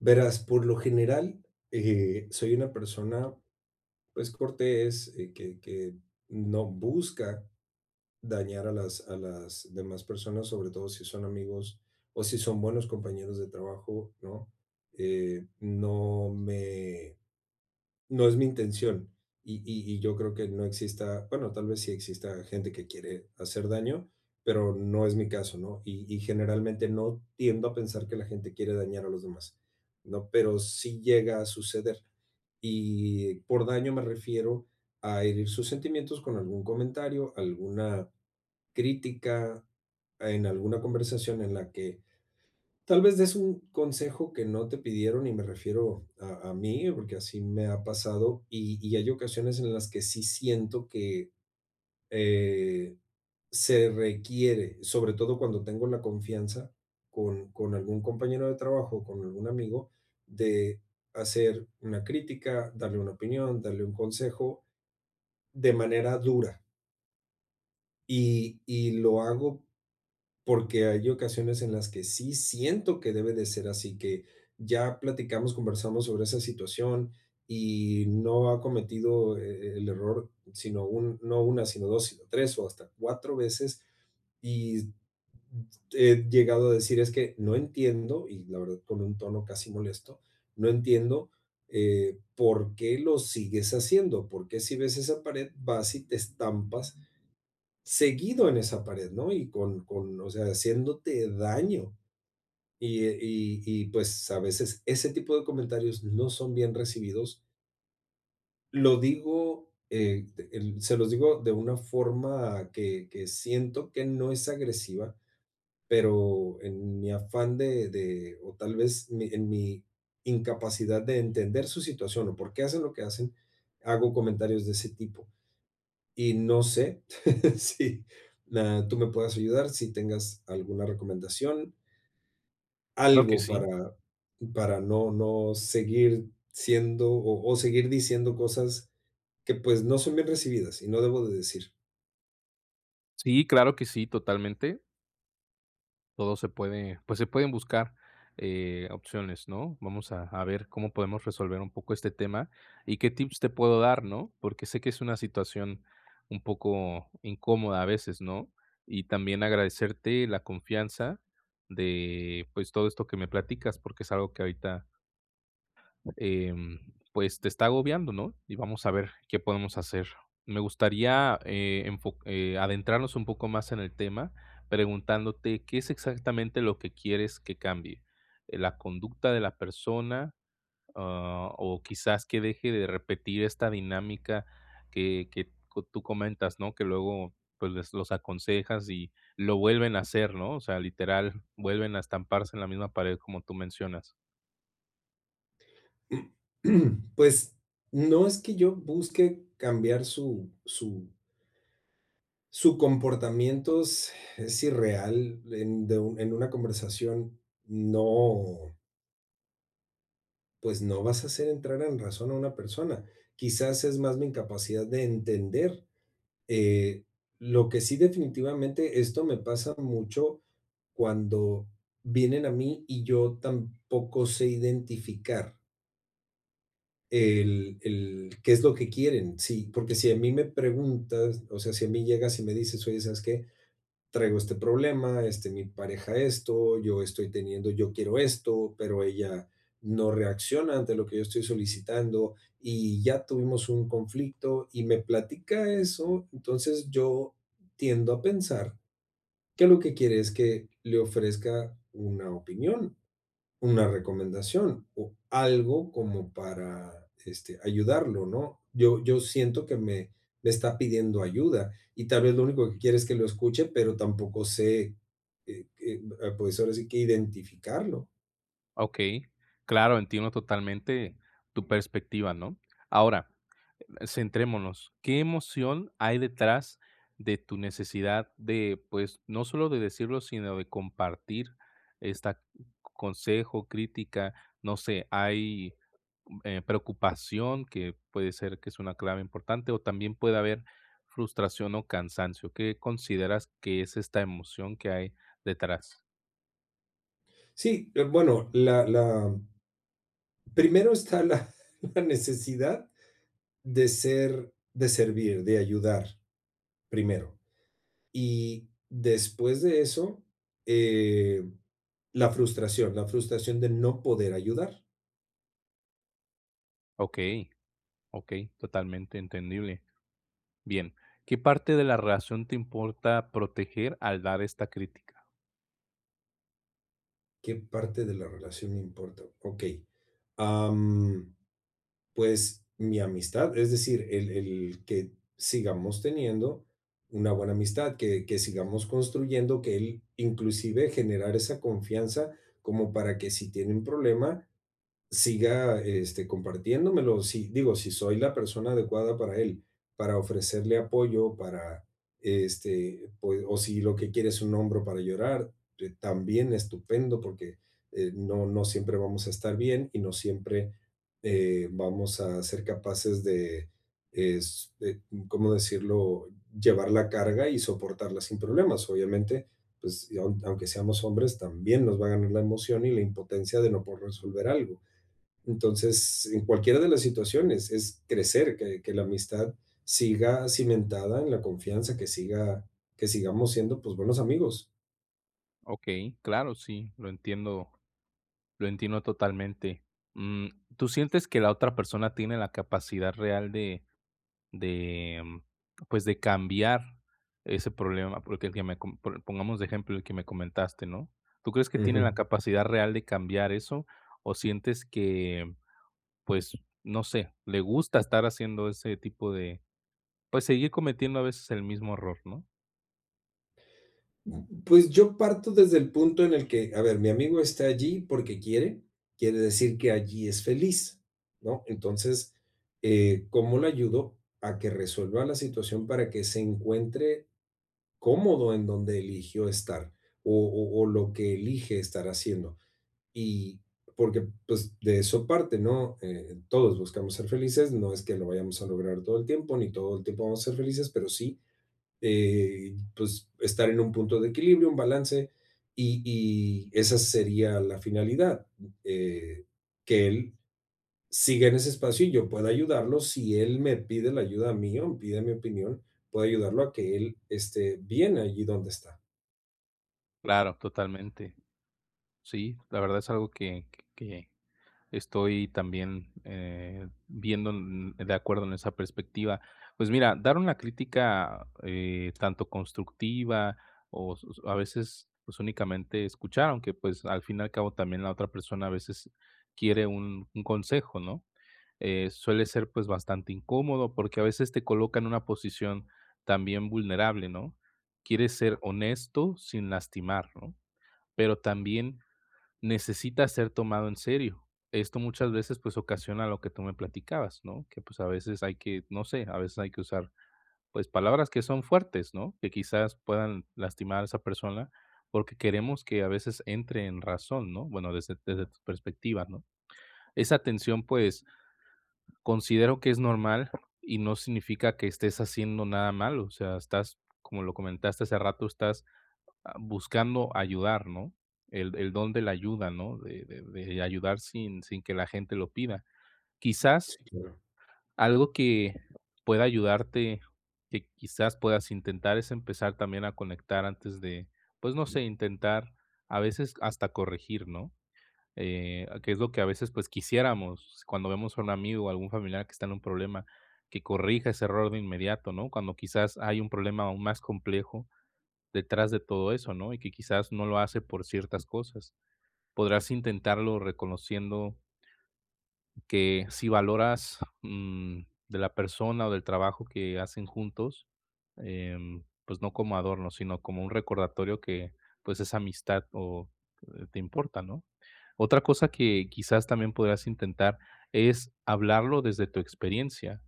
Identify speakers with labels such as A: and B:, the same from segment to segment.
A: Verás, por lo general, soy una persona, pues, cortés, que no busca dañar a las demás personas, sobre todo si son amigos o si son buenos compañeros de trabajo, ¿no? No me No es mi intención. Y yo creo que no exista, bueno, tal vez sí exista gente que quiere hacer daño, pero no es mi caso, ¿no? Y generalmente no tiendo a pensar que la gente quiere dañar a los demás, ¿no? Pero sí llega a suceder. Y por daño me refiero a herir sus sentimientos con algún comentario, alguna crítica, en alguna conversación en la que tal vez des un consejo que no te pidieron, y me refiero a mí, porque así me ha pasado, y hay ocasiones en las que sí siento que, eh, se requiere, sobre todo cuando tengo la confianza con algún compañero de trabajo, con algún amigo, de hacer una crítica, darle una opinión, darle un consejo de manera dura. Y lo hago porque hay ocasiones en las que sí siento que debe de ser así, que ya platicamos, conversamos sobre esa situación y no ha cometido el error, sino un no una, sino dos, sino 3 o hasta 4 veces, y he llegado a decir: "Es que no entiendo", y la verdad con un tono casi molesto, "no entiendo, por qué lo sigues haciendo, por qué si ves esa pared vas y te estampas seguido en esa pared, ¿no? Y o sea, haciéndote daño". Pues a veces ese tipo de comentarios no son bien recibidos. Lo digo, de el se los digo de una forma que siento que no es agresiva, pero en mi afán de o tal vez mi incapacidad de entender su situación o por qué hacen lo que hacen, hago comentarios de ese tipo. Y no sé si tú me puedas ayudar, si tengas alguna recomendación,
B: Claro que
A: algo
B: sí.
A: para no, no seguir siendo o seguir diciendo cosas que pues no son bien recibidas y no debo de decir.
B: Sí, claro que sí, totalmente. Todo se puede, pues se pueden buscar opciones, ¿no? Vamos a ver cómo podemos resolver un poco este tema y qué tips te puedo dar, ¿no? Porque sé que es una situación un poco incómoda a veces, ¿no? Y también agradecerte la confianza de, pues, todo esto que me platicas, porque es algo que ahorita em, pues, te está agobiando, ¿no? Y vamos a ver qué podemos hacer. Me gustaría, enfo adentrarnos un poco más en el tema, preguntándote, ¿qué es exactamente lo que quieres que cambie? ¿La conducta de la persona, ah, o quizás que deje de repetir esta dinámica que co tú comentas, ¿no? Que luego, pues, les los aconsejas y lo vuelven a hacer, ¿no? O sea, literal, vuelven a estamparse en la misma pared, como tú mencionas.
A: Pues no es que yo busque cambiar su comportamiento, es irreal en, en una conversación, no, pues no vas a hacer entrar en razón a una persona. Quizás es más mi incapacidad de entender. Eh, lo que sí, definitivamente, esto me pasa mucho cuando vienen a mí y yo tampoco sé identificar el qué es lo que quieren. Sí, porque si a mí me preguntas, o sea, si a mí llegas y me dices: "Oye, ¿sabes qué? Traigo este problema, este, mi pareja esto, yo estoy teniendo, yo quiero esto, pero ella no reacciona ante lo que yo estoy solicitando", y ya tuvimos un conflicto y me platica eso, entonces yo tiendo a pensar que lo que quiere es que le ofrezca una opinión, una recomendación o algo como para, este, ayudarlo, ¿no? Yo siento que me está pidiendo ayuda y tal vez lo único que quiere es que lo escuche, pero tampoco sé, pues ahora sí que identificarlo.
B: Okey, claro, entiendo totalmente tu perspectiva, ¿no? Ahora, centrémonos, ¿qué emoción hay detrás de tu necesidad de, pues, no solo de decirlo, sino de compartir esta consejo, crítica? No sé, ¿hay, preocupación, que puede ser que es una clave importante, o también puede haber frustración o cansancio? ¿Qué consideras que es esta emoción que hay detrás?
A: Sí, bueno, primero está la, la necesidad de ser, de servir, de ayudar, primero. Y después de eso, eh, la frustración de no poder ayudar.
B: Okey, okey, totalmente entendible. Bien, ¿qué parte de la relación te importa proteger al dar esta crítica?
A: ¿Qué parte de la relación me importa? Ok. Am, pues mi amistad, es decir, el que sigamos teniendo una buena amistad, que sigamos construyendo, que él inclusive generar esa confianza como para que si tiene un problema, siga, este, compartiéndomelo, si, digo, si soy la persona adecuada para él, para ofrecerle apoyo, para, este, pues, o si lo que quiere es un hombro para llorar, también estupendo, porque no, no siempre vamos a estar bien y no siempre vamos a ser capaces de, de, ¿cómo decirlo?, llevar la carga y soportarla sin problemas. Obviamente, pues, y aunque seamos hombres, también nos va a ganar la emoción y la impotencia de no poder resolver algo. Entonces, en cualquiera de las situaciones es crecer, que la amistad siga cimentada en la confianza, que siga, que sigamos siendo pues buenos amigos.
B: Ok, claro, sí, lo entiendo totalmente. Mm, ¿tú sientes que la otra persona tiene la capacidad real de pues, de cambiar ese problema? Porque el que me, pongamos de ejemplo el que me comentaste, ¿no? ¿Tú crees que tiene la
A: Ujú.
B: capacidad real de cambiar eso? ¿O sientes que, pues, no sé, le gusta estar haciendo ese tipo de, pues, seguir cometiendo a veces el mismo error, ¿no?
A: Pues yo parto desde el punto en el que, a ver, mi amigo está allí porque quiere, quiere decir que allí es feliz, ¿no? Entonces, ¿cómo le ayudo a que resuelva la situación para que se encuentre cómodo en donde eligió estar o lo que elige estar haciendo? Y porque pues de eso parte, ¿no? Todos buscamos ser felices, no es que lo vayamos a lograr todo el tiempo, ni todo el tiempo vamos a ser felices, pero sí, pues estar en un punto de equilibrio, un balance, y esa sería la finalidad, eh, que él siga en ese espacio y yo pueda ayudarlo. Si él me pide la ayuda mía o me pide mi opinión, puedo ayudarlo a que él esté bien allí donde está.
B: Claro, totalmente. Sí, la verdad es algo que que estoy también, viendo en de acuerdo en esa perspectiva. Pues mira, dar una crítica, tanto constructiva o s a veces, pues, únicamente escuchar, aunque, pues, al fin y al cabo también la otra persona a veces quiere un consejo, ¿no? Suele ser, pues, bastante incómodo, porque a veces te coloca en una posición también vulnerable, ¿no? Quieres ser honesto sin lastimar, ¿no? Pero también necesita ser tomado en serio. Esto muchas veces pues ocasiona lo que tú me platicabas, ¿no? Que pues a veces hay que, no sé, a veces hay que usar pues palabras que son fuertes, ¿no? Que quizás puedan lastimar a esa persona porque queremos que a veces entre en razón, ¿no? Bueno, desde tu perspectiva, ¿no? Esa tensión pues considero que es normal y no significa que estés haciendo nada malo, o sea, estás, como lo comentaste hace rato, estás, ah, buscando ayudar, ¿no? El don de la ayuda, ¿no? De de ayudar sin que la gente lo pida. Quizás
A: Sí, claro,
B: algo que pueda ayudarte, que quizás puedas intentar es empezar también a conectar antes de, pues, no sé, intentar a veces hasta corregir, ¿no? Que es lo que a veces, pues, quisiéramos cuando vemos a un amigo o algún familiar que está en un problema, que corrija ese error de inmediato, ¿no? Cuando quizás hay un problema aún más complejo detrás de todo eso, ¿no? Y que quizás no lo hace por ciertas cosas. Podrás intentarlo reconociendo que si valoras mm, de la persona o del trabajo que hacen juntos, pues no como adorno, sino como un recordatorio que pues es amistad o te importa, ¿no? Otra cosa que quizás también podrás intentar es hablarlo desde tu experiencia.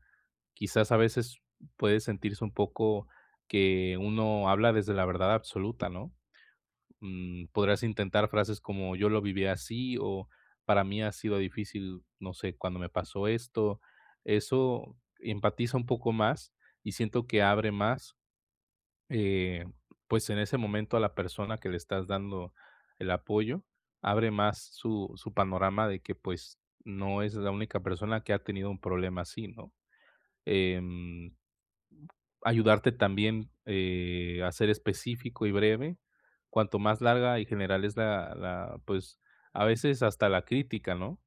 B: Quizás a veces puede sentirse un poco que uno habla desde la verdad absoluta, ¿no? Mm, podrás intentar frases como yo lo viví así o para mí ha sido difícil, no sé, cuando me pasó esto. Eso empatiza un poco más y siento que abre más, eh, pues en ese momento a la persona que le estás dando el apoyo, abre más su panorama de que pues no es la única persona que ha tenido un problema así, ¿no? Em, ayudarte también a ser específico y breve. Cuanto más larga y general es pues a veces hasta la crítica, ¿no?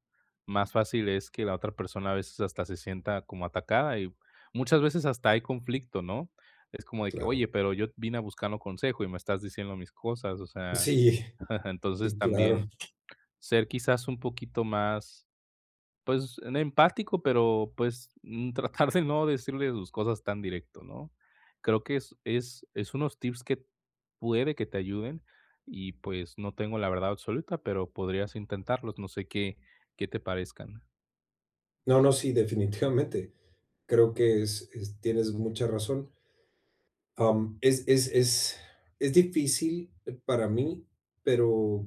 B: Más fácil es que la otra persona a veces hasta se sienta como atacada y muchas veces hasta hay conflicto, ¿no? Es como de que,
A: claro.
B: oye, pero yo vine a buscar un consejo y me estás diciendo mis cosas, o sea,
A: Sí,
B: entonces
A: sí, claro.
B: también ser quizás un poquito más pues, en empático, pero, pues, mm, tratar de no decirle sus cosas tan directo, ¿no? Creo que es unos tips que puede que te ayuden y, pues, no tengo la verdad absoluta, pero podrías intentarlos, no sé qué te parezcan.
A: No, no, sí, definitivamente creo que es, tienes mucha razón. Am, Es difícil para mí, pero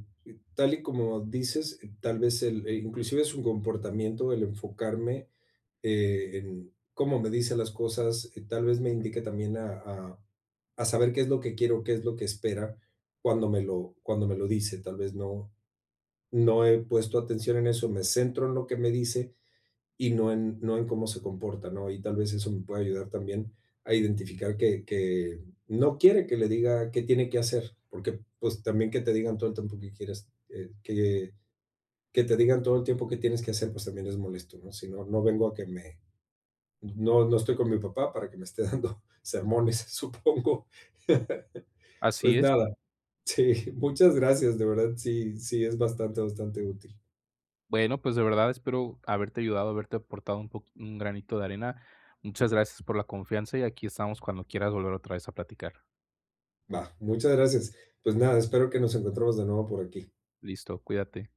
A: tal y como dices, tal vez e inclusive es un comportamiento, el enfocarme en cómo me dice las cosas, tal vez me indique también a saber qué es lo que quiero, qué es lo que espera cuando me lo dice. Tal vez no, no he puesto atención en eso, me centro en lo que me dice y no en, no en cómo se comporta, ¿no? Y tal vez eso me puede ayudar también a identificar que no quiere que le diga qué tiene que hacer, porque pues también que te digan todo el tiempo que quieres, que te digan todo el tiempo que tienes que hacer, pues también es molesto, ¿no? Si no, no vengo a que me, no, no estoy con mi papá para que me esté dando sermones, supongo.
B: Así
A: Pues
B: es.
A: nada, sí, muchas gracias, de verdad, sí, sí, es bastante, bastante útil.
B: Bueno, pues, de verdad espero haberte ayudado, haberte aportado un po un granito de arena. Muchas gracias por la confianza y aquí estamos cuando quieras volver otra vez a platicar.
A: Va, muchas gracias. Pues nada, espero que nos encontremos de nuevo por aquí.
B: Listo, cuídate.